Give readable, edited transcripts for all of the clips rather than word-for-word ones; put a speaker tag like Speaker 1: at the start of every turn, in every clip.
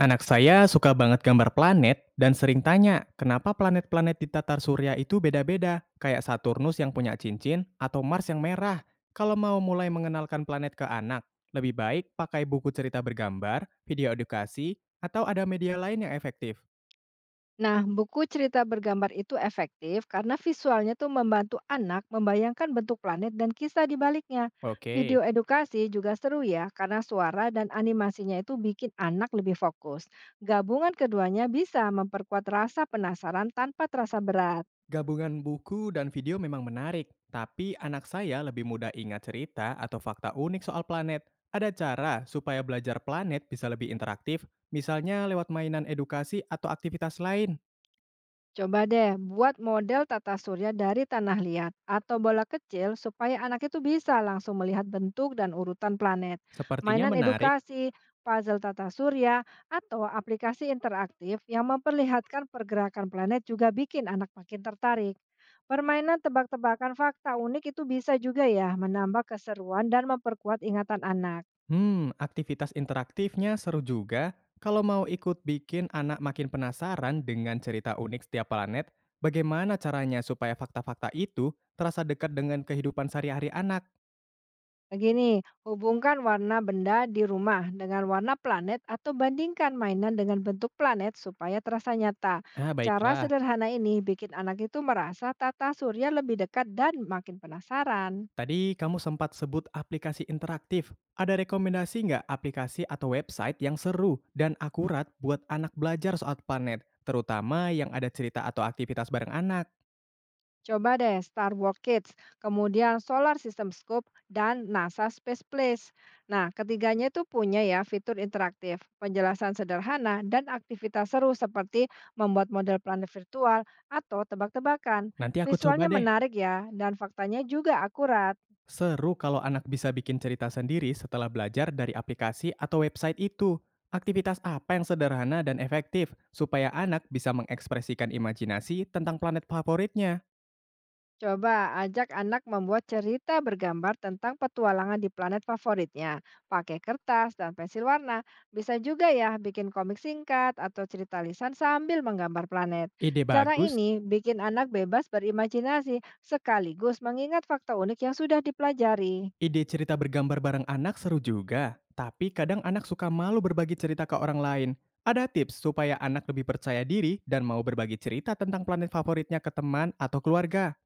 Speaker 1: Anak saya suka banget gambar planet dan sering tanya, kenapa planet-planet di tatar surya itu beda-beda? Kayak Saturnus yang punya cincin atau Mars yang merah. Kalau mau mulai mengenalkan planet ke anak, lebih baik pakai buku cerita bergambar, video edukasi, atau ada media lain yang efektif.
Speaker 2: Nah, buku cerita bergambar itu efektif karena visualnya tuh membantu anak membayangkan bentuk planet dan kisah di baliknya. Video
Speaker 1: Oke.
Speaker 2: edukasi juga seru ya, karena suara dan animasinya itu bikin anak lebih fokus. Gabungan keduanya bisa memperkuat rasa penasaran tanpa terasa berat.
Speaker 1: Gabungan buku dan video memang menarik, tapi anak saya lebih mudah ingat cerita atau fakta unik soal planet. Ada cara supaya belajar planet bisa lebih interaktif, misalnya lewat mainan edukasi atau aktivitas lain.
Speaker 2: Coba deh buat model tata surya dari tanah liat atau bola kecil supaya anak itu bisa langsung melihat bentuk dan urutan planet.
Speaker 1: Sepertinya
Speaker 2: Mainan
Speaker 1: menarik.
Speaker 2: edukasi, puzzle tata surya, atau aplikasi interaktif yang memperlihatkan pergerakan planet juga bikin anak makin tertarik. Permainan tebak-tebakan fakta unik itu bisa juga ya menambah keseruan dan memperkuat ingatan anak.
Speaker 1: Hmm, aktivitas interaktifnya seru juga. Kalau mau ikut bikin anak makin penasaran dengan cerita unik setiap planet, bagaimana caranya supaya fakta-fakta itu terasa dekat dengan kehidupan sehari-hari anak?
Speaker 2: Begini, hubungkan warna benda di rumah dengan warna planet atau bandingkan mainan dengan bentuk planet supaya terasa nyata.
Speaker 1: Ah,
Speaker 2: Cara
Speaker 1: baiklah.
Speaker 2: sederhana ini bikin anak itu merasa tata surya lebih dekat dan makin penasaran.
Speaker 1: Tadi kamu sempat sebut aplikasi interaktif. Ada rekomendasi nggak aplikasi atau website yang seru dan akurat buat anak belajar soal planet, terutama yang ada cerita atau aktivitas bareng anak?
Speaker 2: Coba deh Star Wars Kids, kemudian Solar System Scope, dan NASA Space Place. Nah, ketiganya itu punya ya fitur interaktif, penjelasan sederhana, dan aktivitas seru seperti membuat model planet virtual atau tebak-tebakan.
Speaker 1: Nanti aku coba
Speaker 2: Visualnya
Speaker 1: deh.
Speaker 2: menarik ya, dan faktanya juga akurat.
Speaker 1: Seru kalau anak bisa bikin cerita sendiri setelah belajar dari aplikasi atau website itu. Aktivitas apa yang sederhana dan efektif supaya anak bisa mengekspresikan imajinasi tentang planet favoritnya?
Speaker 2: Coba ajak anak membuat cerita bergambar tentang petualangan di planet favoritnya. Pakai kertas dan pensil warna. Bisa juga ya bikin komik singkat atau cerita lisan sambil menggambar planet.
Speaker 1: Ide
Speaker 2: Cara
Speaker 1: bagus.
Speaker 2: ini bikin anak bebas berimajinasi sekaligus mengingat fakta unik yang sudah dipelajari.
Speaker 1: Ide cerita bergambar bareng anak seru juga, tapi kadang anak suka malu berbagi cerita ke orang lain. Ada tips supaya anak lebih percaya diri dan mau berbagi cerita tentang planet favoritnya ke teman atau keluarga.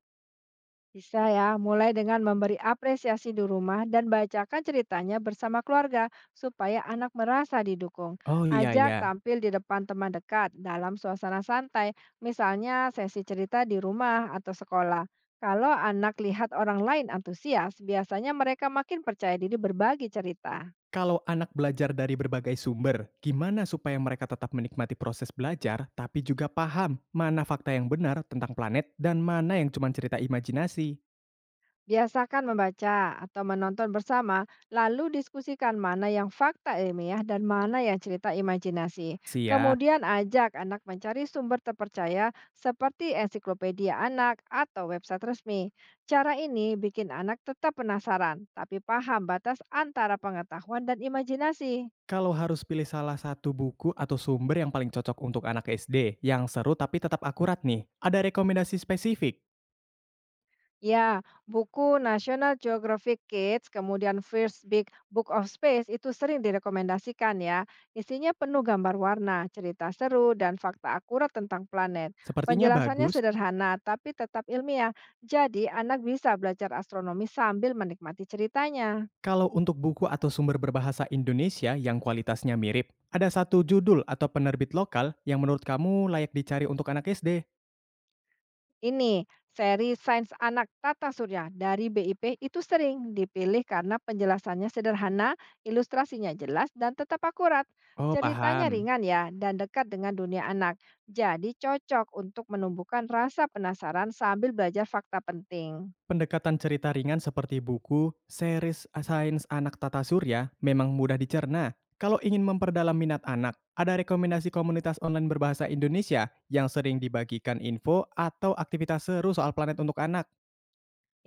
Speaker 2: Bisa ya, mulai dengan memberi apresiasi di rumah dan bacakan ceritanya bersama keluarga supaya anak merasa didukung.
Speaker 1: Oh iya
Speaker 2: Ajak
Speaker 1: ya.
Speaker 2: tampil di depan teman dekat dalam suasana santai, misalnya sesi cerita di rumah atau sekolah. Kalau anak lihat orang lain antusias, biasanya mereka makin percaya diri berbagi cerita.
Speaker 1: Kalau anak belajar dari berbagai sumber, gimana supaya mereka tetap menikmati proses belajar tapi juga paham mana fakta yang benar tentang planet dan mana yang cuma cerita imajinasi?
Speaker 2: Biasakan membaca atau menonton bersama, lalu diskusikan mana yang fakta ilmiah dan mana yang cerita imajinasi.
Speaker 1: Siap.
Speaker 2: Kemudian ajak anak mencari sumber terpercaya seperti ensiklopedia anak atau website resmi. Cara ini bikin anak tetap penasaran, tapi paham batas antara pengetahuan dan imajinasi.
Speaker 1: Kalau harus pilih salah satu buku atau sumber yang paling cocok untuk anak SD, yang seru tapi tetap akurat nih, ada rekomendasi spesifik?
Speaker 2: Ya, buku National Geographic Kids, kemudian First Big Book of Space itu sering direkomendasikan ya. Isinya penuh gambar warna, cerita seru, dan fakta akurat tentang planet.
Speaker 1: Sepertinya
Speaker 2: Penjelasannya
Speaker 1: bagus.
Speaker 2: sederhana, tapi tetap ilmiah. Jadi, anak bisa belajar astronomi sambil menikmati ceritanya.
Speaker 1: Kalau untuk buku atau sumber berbahasa Indonesia yang kualitasnya mirip, ada satu judul atau penerbit lokal yang menurut kamu layak dicari untuk anak SD?
Speaker 2: Ini, seri Sains Anak Tata Surya dari BIP itu sering dipilih karena penjelasannya sederhana, ilustrasinya jelas, dan tetap akurat.
Speaker 1: Oh,
Speaker 2: Ceritanya
Speaker 1: paham.
Speaker 2: ringan ya, dan dekat dengan dunia anak. Jadi cocok untuk menumbuhkan rasa penasaran sambil belajar fakta penting.
Speaker 1: Pendekatan cerita ringan seperti buku, series sains anak tata surya memang mudah dicerna. Kalau ingin memperdalam minat anak, ada rekomendasi komunitas online berbahasa Indonesia yang sering dibagikan info atau aktivitas seru soal planet untuk anak.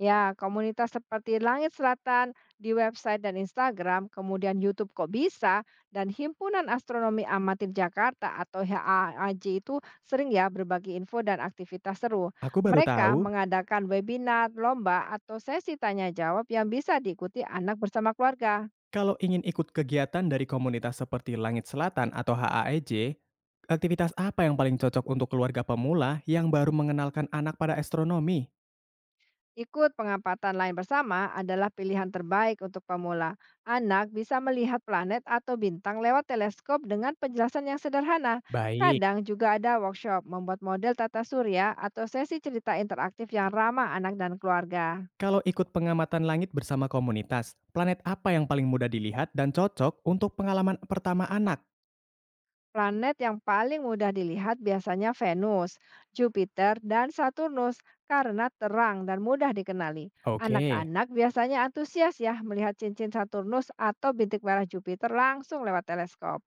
Speaker 2: Ya, komunitas seperti Langit Selatan di website dan Instagram, kemudian YouTube Kok Bisa, dan Himpunan Astronomi Amatir Jakarta atau HAAJ itu sering ya berbagi info dan aktivitas seru.
Speaker 1: Aku baru
Speaker 2: Mereka
Speaker 1: tahu,
Speaker 2: mengadakan webinar, lomba, atau sesi tanya jawab yang bisa diikuti anak bersama keluarga.
Speaker 1: kalau ingin ikut kegiatan dari komunitas seperti Langit Selatan atau HAEJ, aktivitas apa yang paling cocok untuk keluarga pemula yang baru mengenalkan anak pada astronomi?
Speaker 2: Ikut pengamatan lain bersama adalah pilihan terbaik untuk pemula. Anak bisa melihat planet atau bintang lewat teleskop dengan penjelasan yang sederhana.
Speaker 1: Baik.
Speaker 2: Kadang juga ada workshop membuat model tata surya atau sesi cerita interaktif yang ramah anak dan keluarga.
Speaker 1: Kalau ikut pengamatan langit bersama komunitas, planet apa yang paling mudah dilihat dan cocok untuk pengalaman pertama anak?
Speaker 2: Planet yang paling mudah dilihat biasanya Venus, Jupiter, dan Saturnus karena terang dan mudah dikenali.
Speaker 1: Oke.
Speaker 2: Anak-anak biasanya antusias ya melihat cincin Saturnus atau bintik merah Jupiter langsung lewat teleskop.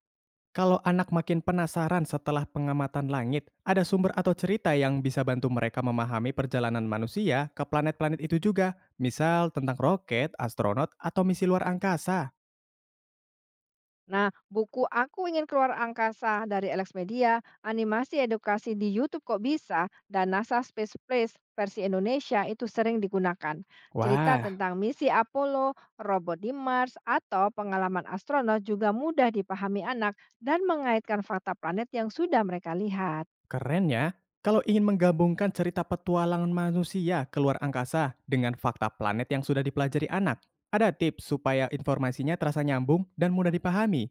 Speaker 1: Kalau anak makin penasaran setelah pengamatan langit, ada sumber atau cerita yang bisa bantu mereka memahami perjalanan manusia ke planet-planet itu juga, misal tentang roket, astronot, atau misi luar angkasa.
Speaker 2: Nah, buku Aku Ingin Keluar Angkasa dari Alex Media, animasi edukasi di YouTube Kok Bisa, dan NASA Space Place versi Indonesia itu sering digunakan. Cerita
Speaker 1: Wah.
Speaker 2: tentang misi Apollo, robot di Mars, atau pengalaman astronot juga mudah dipahami anak dan mengaitkan fakta planet yang sudah mereka lihat.
Speaker 1: Keren ya. Kalau ingin menggabungkan cerita petualangan manusia keluar angkasa dengan fakta planet yang sudah dipelajari anak, ada tips supaya informasinya terasa nyambung dan mudah dipahami?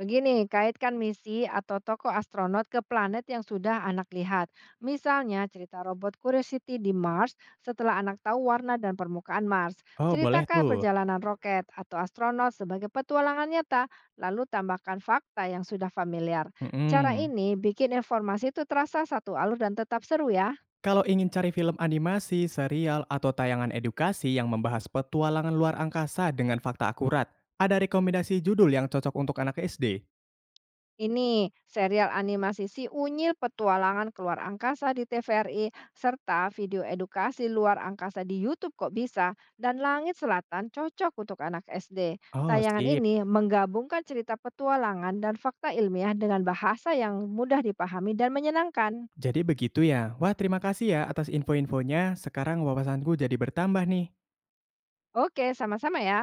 Speaker 2: Begini, kaitkan misi atau tokoh astronot ke planet yang sudah anak lihat. Misalnya, cerita robot Curiosity di Mars setelah anak tahu warna dan permukaan Mars.
Speaker 1: Oh, boleh
Speaker 2: Ceritakan
Speaker 1: tuh.
Speaker 2: perjalanan roket atau astronot sebagai petualangan nyata, lalu tambahkan fakta yang sudah familiar. Cara
Speaker 1: Mm-mm.
Speaker 2: ini bikin informasi itu terasa satu alur dan tetap seru ya.
Speaker 1: Kalau ingin cari film animasi, serial, atau tayangan edukasi yang membahas petualangan luar angkasa dengan fakta akurat, ada rekomendasi judul yang cocok untuk anak SD?
Speaker 2: Ini serial animasi Si Unyil Petualangan Keluar Angkasa di TVRI serta video edukasi luar angkasa di YouTube Kok Bisa dan Langit Selatan cocok untuk anak SD.
Speaker 1: Oh,
Speaker 2: Tayangan
Speaker 1: sip.
Speaker 2: ini menggabungkan cerita petualangan dan fakta ilmiah dengan bahasa yang mudah dipahami dan menyenangkan.
Speaker 1: Jadi begitu ya. Wah, terima kasih ya atas info-infonya. Sekarang wawasanku jadi bertambah nih.
Speaker 2: Oke, sama-sama ya.